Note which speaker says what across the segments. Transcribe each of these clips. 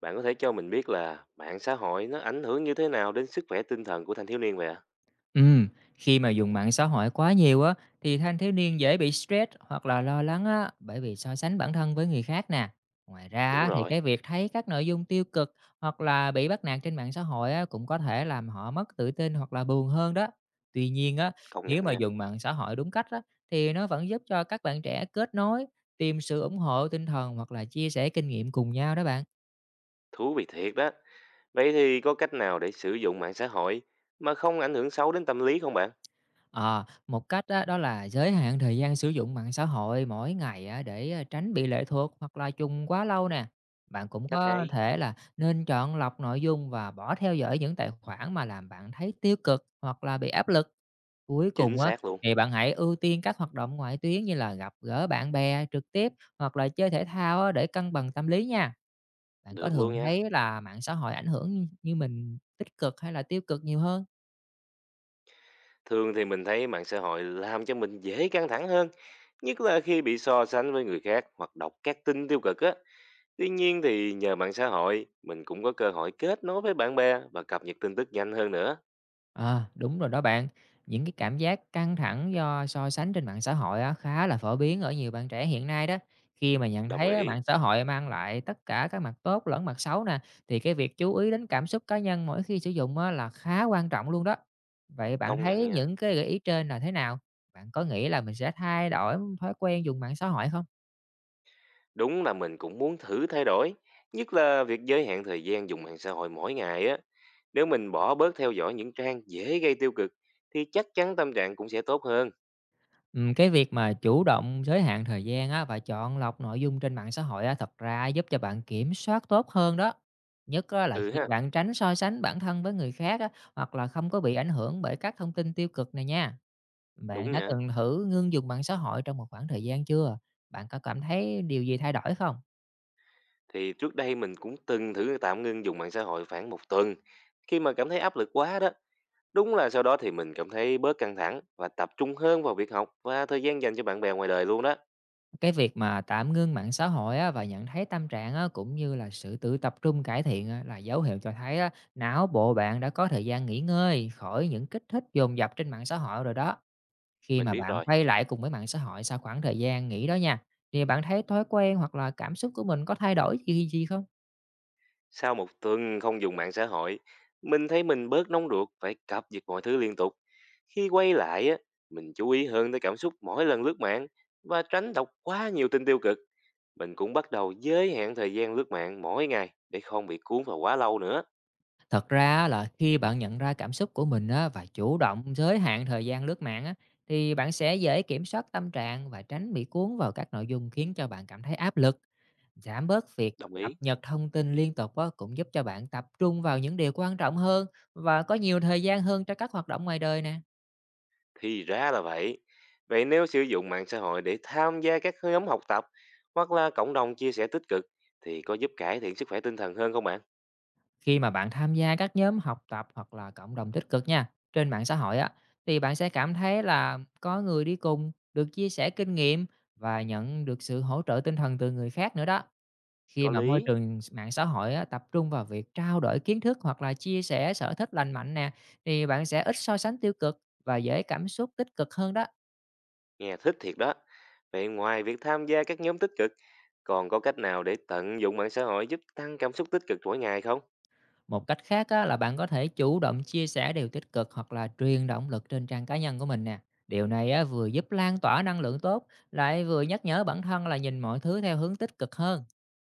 Speaker 1: Bạn có thể cho mình biết là mạng xã hội nó ảnh hưởng như thế nào đến sức khỏe tinh thần của thanh thiếu niên vậy ạ?
Speaker 2: Ừm, khi mà dùng mạng xã hội quá nhiều á thì thanh thiếu niên dễ bị stress hoặc là lo lắng á, bởi vì so sánh bản thân với người khác nè. Ngoài ra
Speaker 1: Đúng
Speaker 2: á, thì
Speaker 1: rồi,
Speaker 2: cái việc thấy các nội dung tiêu cực hoặc là bị bắt nạt trên mạng xã hội á cũng có thể làm họ mất tự tin hoặc là buồn hơn đó. Tuy nhiên á,
Speaker 1: công
Speaker 2: nếu
Speaker 1: nhận
Speaker 2: mà
Speaker 1: nha,
Speaker 2: dùng mạng xã hội đúng cách á, thì nó vẫn giúp cho các bạn trẻ kết nối, tìm sự ủng hộ tinh thần hoặc là chia sẻ kinh nghiệm cùng nhau đó bạn.
Speaker 1: thú vị thiệt đó. Vậy thì có cách nào để sử dụng mạng xã hội mà không ảnh hưởng xấu đến tâm lý không bạn?
Speaker 2: Ờ, một cách á, đó là giới hạn thời gian sử dụng mạng xã hội mỗi ngày á, để tránh bị lệ thuộc hoặc là dùng quá lâu nè. Bạn cũng
Speaker 1: Cách
Speaker 2: có
Speaker 1: hay,
Speaker 2: thể là nên chọn lọc nội dung và bỏ theo dõi những tài khoản mà làm bạn thấy tiêu cực hoặc là bị áp lực. Cuối
Speaker 1: chính
Speaker 2: cùng á,
Speaker 1: xác luôn,
Speaker 2: thì bạn hãy ưu tiên các hoạt động ngoại tuyến như là gặp gỡ bạn bè trực tiếp hoặc là chơi thể thao á, để cân bằng tâm lý nha. Bạn có
Speaker 1: được
Speaker 2: thường
Speaker 1: luôn nha.
Speaker 2: thấy là mạng xã hội ảnh hưởng như như mình tích cực hay là tiêu cực nhiều hơn?
Speaker 1: Thường thì mình thấy mạng xã hội làm cho mình dễ căng thẳng hơn, nhất là khi bị so sánh với người khác hoặc đọc các tin tiêu cực á. Tuy nhiên thì nhờ mạng xã hội, mình cũng có cơ hội kết nối với bạn bè và cập nhật tin tức nhanh hơn nữa.
Speaker 2: À, đúng rồi đó bạn. Những cái cảm giác căng thẳng do so sánh trên mạng xã hội á, khá là phổ biến ở nhiều bạn trẻ hiện nay đó. Khi mà nhận
Speaker 1: Đồng
Speaker 2: thấy á,
Speaker 1: ý,
Speaker 2: mạng xã hội mang lại tất cả các mặt tốt lẫn mặt xấu nè, thì cái việc chú ý đến cảm xúc cá nhân mỗi khi sử dụng á, là khá quan trọng luôn đó. Vậy bạn
Speaker 1: công nhận
Speaker 2: thấy
Speaker 1: nha.
Speaker 2: những cái gợi ý trên là thế nào? Bạn có nghĩ là mình sẽ thay đổi thói quen dùng mạng xã hội không?
Speaker 1: Đúng là mình cũng muốn thử thay đổi, nhất là việc giới hạn thời gian dùng mạng xã hội mỗi ngày á. Nếu mình bỏ bớt theo dõi những trang dễ gây tiêu cực thì chắc chắn tâm trạng cũng sẽ tốt hơn.
Speaker 2: Cái việc mà chủ động giới hạn thời gian á, và chọn lọc nội dung trên mạng xã hội á, thật ra giúp cho bạn kiểm soát tốt hơn đó. Nhất á là
Speaker 1: Ừ
Speaker 2: khi
Speaker 1: ha,
Speaker 2: bạn tránh so sánh bản thân với người khác á, hoặc là không có bị ảnh hưởng bởi các thông tin tiêu cực này nha. Bạn
Speaker 1: đúng
Speaker 2: đã
Speaker 1: nha.
Speaker 2: từng thử ngưng dùng mạng xã hội trong một khoảng thời gian chưa? Bạn có cảm thấy điều gì thay đổi không?
Speaker 1: Thì trước đây mình cũng từng thử tạm ngưng dùng mạng xã hội khoảng một tuần. Khi mà cảm thấy áp lực quá đó, đúng là sau đó thì mình cảm thấy bớt căng thẳng và tập trung hơn vào việc học và thời gian dành cho bạn bè ngoài đời luôn đó.
Speaker 2: Cái việc mà tạm ngưng mạng xã hội á, và nhận thấy tâm trạng á, cũng như là sự tự tập trung cải thiện á, là dấu hiệu cho thấy á, não bộ bạn đã có thời gian nghỉ ngơi khỏi những kích thích dồn dập trên mạng xã hội rồi đó. Khi
Speaker 1: Mình
Speaker 2: mà
Speaker 1: biết
Speaker 2: bạn
Speaker 1: rồi.
Speaker 2: quay lại cùng với mạng xã hội sau khoảng thời gian nghỉ đó nha, thì bạn thấy thói quen hoặc là cảm xúc của mình có thay đổi gì gì không?
Speaker 1: Sau một tuần không dùng mạng xã hội, mình thấy mình bớt nóng ruột phải cập nhật mọi thứ liên tục. Khi quay lại á, mình chú ý hơn tới cảm xúc mỗi lần lướt mạng và tránh đọc quá nhiều tin tiêu cực. Mình cũng bắt đầu giới hạn thời gian lướt mạng mỗi ngày để không bị cuốn vào quá lâu nữa.
Speaker 2: Thật ra á, là khi bạn nhận ra cảm xúc của mình á, và chủ động giới hạn thời gian lướt mạng á, thì bạn sẽ dễ kiểm soát tâm trạng và tránh bị cuốn vào các nội dung khiến cho bạn cảm thấy áp lực. Giảm bớt việc
Speaker 1: Đồng
Speaker 2: cập
Speaker 1: ý.
Speaker 2: nhật thông tin liên tục á, cũng giúp cho bạn tập trung vào những điều quan trọng hơn và có nhiều thời gian hơn cho các hoạt động ngoài đời nè.
Speaker 1: Thì ra là vậy. Vậy nếu sử dụng mạng xã hội để tham gia các nhóm học tập hoặc là cộng đồng chia sẻ tích cực thì có giúp cải thiện sức khỏe tinh thần hơn không bạn?
Speaker 2: Khi mà bạn tham gia các nhóm học tập hoặc là cộng đồng tích cực nha, trên mạng xã hội á, thì bạn sẽ cảm thấy là có người đi cùng, được chia sẻ kinh nghiệm và nhận được sự hỗ trợ tinh thần từ người khác nữa đó. Khi
Speaker 1: Có
Speaker 2: mà môi
Speaker 1: lý.
Speaker 2: trường mạng xã hội á, tập trung vào việc trao đổi kiến thức hoặc là chia sẻ sở thích lành mạnh nè, thì bạn sẽ ít so sánh tiêu cực và dễ cảm xúc tích cực hơn đó.
Speaker 1: Nghe thích thiệt đó. Vậy ngoài việc tham gia các nhóm tích cực, còn có cách nào để tận dụng mạng xã hội giúp tăng cảm xúc tích cực mỗi ngày không?
Speaker 2: Một cách khác á, là bạn có thể chủ động chia sẻ điều tích cực hoặc là truyền động lực trên trang cá nhân của mình nè. Điều này á, vừa giúp lan tỏa năng lượng tốt, lại vừa nhắc nhở bản thân là nhìn mọi thứ theo hướng tích cực hơn.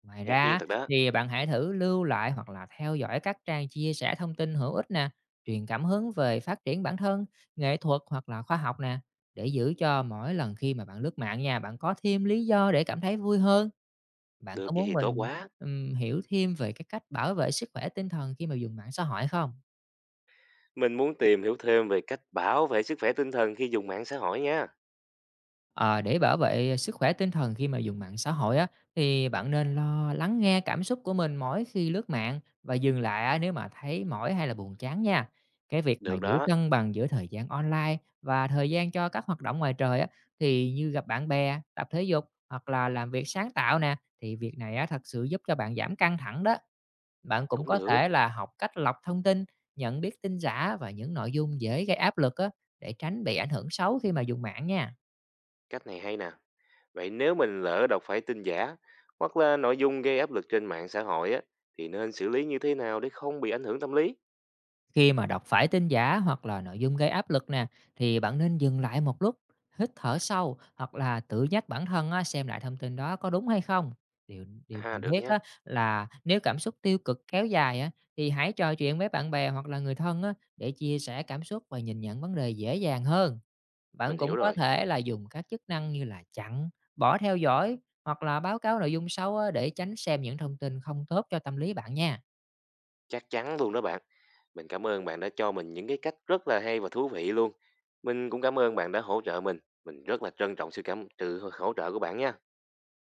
Speaker 2: Ngoài
Speaker 1: Ngạc
Speaker 2: ra
Speaker 1: nhiên
Speaker 2: á,
Speaker 1: thật đó.
Speaker 2: thì bạn hãy thử lưu lại hoặc là theo dõi các trang chia sẻ thông tin hữu ích nè, truyền cảm hứng về phát triển bản thân, nghệ thuật hoặc là khoa học nè, để giữ cho mỗi lần khi mà bạn lướt mạng nha, bạn có thêm lý do để cảm thấy vui hơn. Bạn có
Speaker 1: Được vậy
Speaker 2: muốn
Speaker 1: thì tốt
Speaker 2: mình,
Speaker 1: quá.
Speaker 2: hiểu thêm về cái cách bảo vệ sức khỏe tinh thần khi mà dùng mạng xã hội không?
Speaker 1: Mình muốn tìm hiểu thêm về cách bảo vệ sức khỏe tinh thần khi dùng mạng xã hội nha.
Speaker 2: Ờ, để bảo vệ sức khỏe tinh thần khi mà dùng mạng xã hội á, thì bạn nên lo lắng nghe cảm xúc của mình mỗi khi lướt mạng và dừng lại á, nếu mà thấy mỏi hay là buồn chán nha. Cái việc mà
Speaker 1: Được
Speaker 2: giữ
Speaker 1: đó,
Speaker 2: cân bằng giữa thời gian online và thời gian cho các hoạt động ngoài trời á, thì như gặp bạn bè, tập thể dục hoặc là làm việc sáng tạo nè, thì việc này á thật sự giúp cho bạn giảm căng thẳng đó. Bạn cũng
Speaker 1: cũng
Speaker 2: có
Speaker 1: được.
Speaker 2: thể là học cách lọc thông tin, nhận biết tin giả và những nội dung dễ gây áp lực á, để tránh bị ảnh hưởng xấu khi mà dùng mạng nha.
Speaker 1: Cách này hay nè. Vậy nếu mình lỡ đọc phải tin giả hoặc là nội dung gây áp lực trên mạng xã hội á, thì nên xử lý như thế nào để không bị ảnh hưởng tâm lý?
Speaker 2: Khi mà đọc phải tin giả hoặc là nội dung gây áp lực nè, thì bạn nên dừng lại một lúc, hít thở sâu hoặc là tự nhắc bản thân á, xem lại thông tin đó có đúng hay không. Điều điều
Speaker 1: À,
Speaker 2: cần
Speaker 1: được
Speaker 2: thiết á,
Speaker 1: nha.
Speaker 2: là nếu cảm xúc tiêu cực kéo dài á, thì hãy trò chuyện với bạn bè hoặc là người thân á, để chia sẻ cảm xúc và nhìn nhận vấn đề dễ dàng hơn. Bạn
Speaker 1: Mình
Speaker 2: cũng
Speaker 1: hiểu
Speaker 2: có
Speaker 1: rồi.
Speaker 2: thể là dùng các chức năng như là chặn, bỏ theo dõi hoặc là báo cáo nội dung xấu á, để tránh xem những thông tin không tốt cho tâm lý bạn nha.
Speaker 1: Chắc chắn luôn đó bạn. Mình cảm ơn bạn đã cho mình những cái cách rất là hay và thú vị luôn. Mình cũng cảm ơn bạn đã hỗ trợ mình. Mình rất là trân trọng sự hỗ trợ của bạn nha.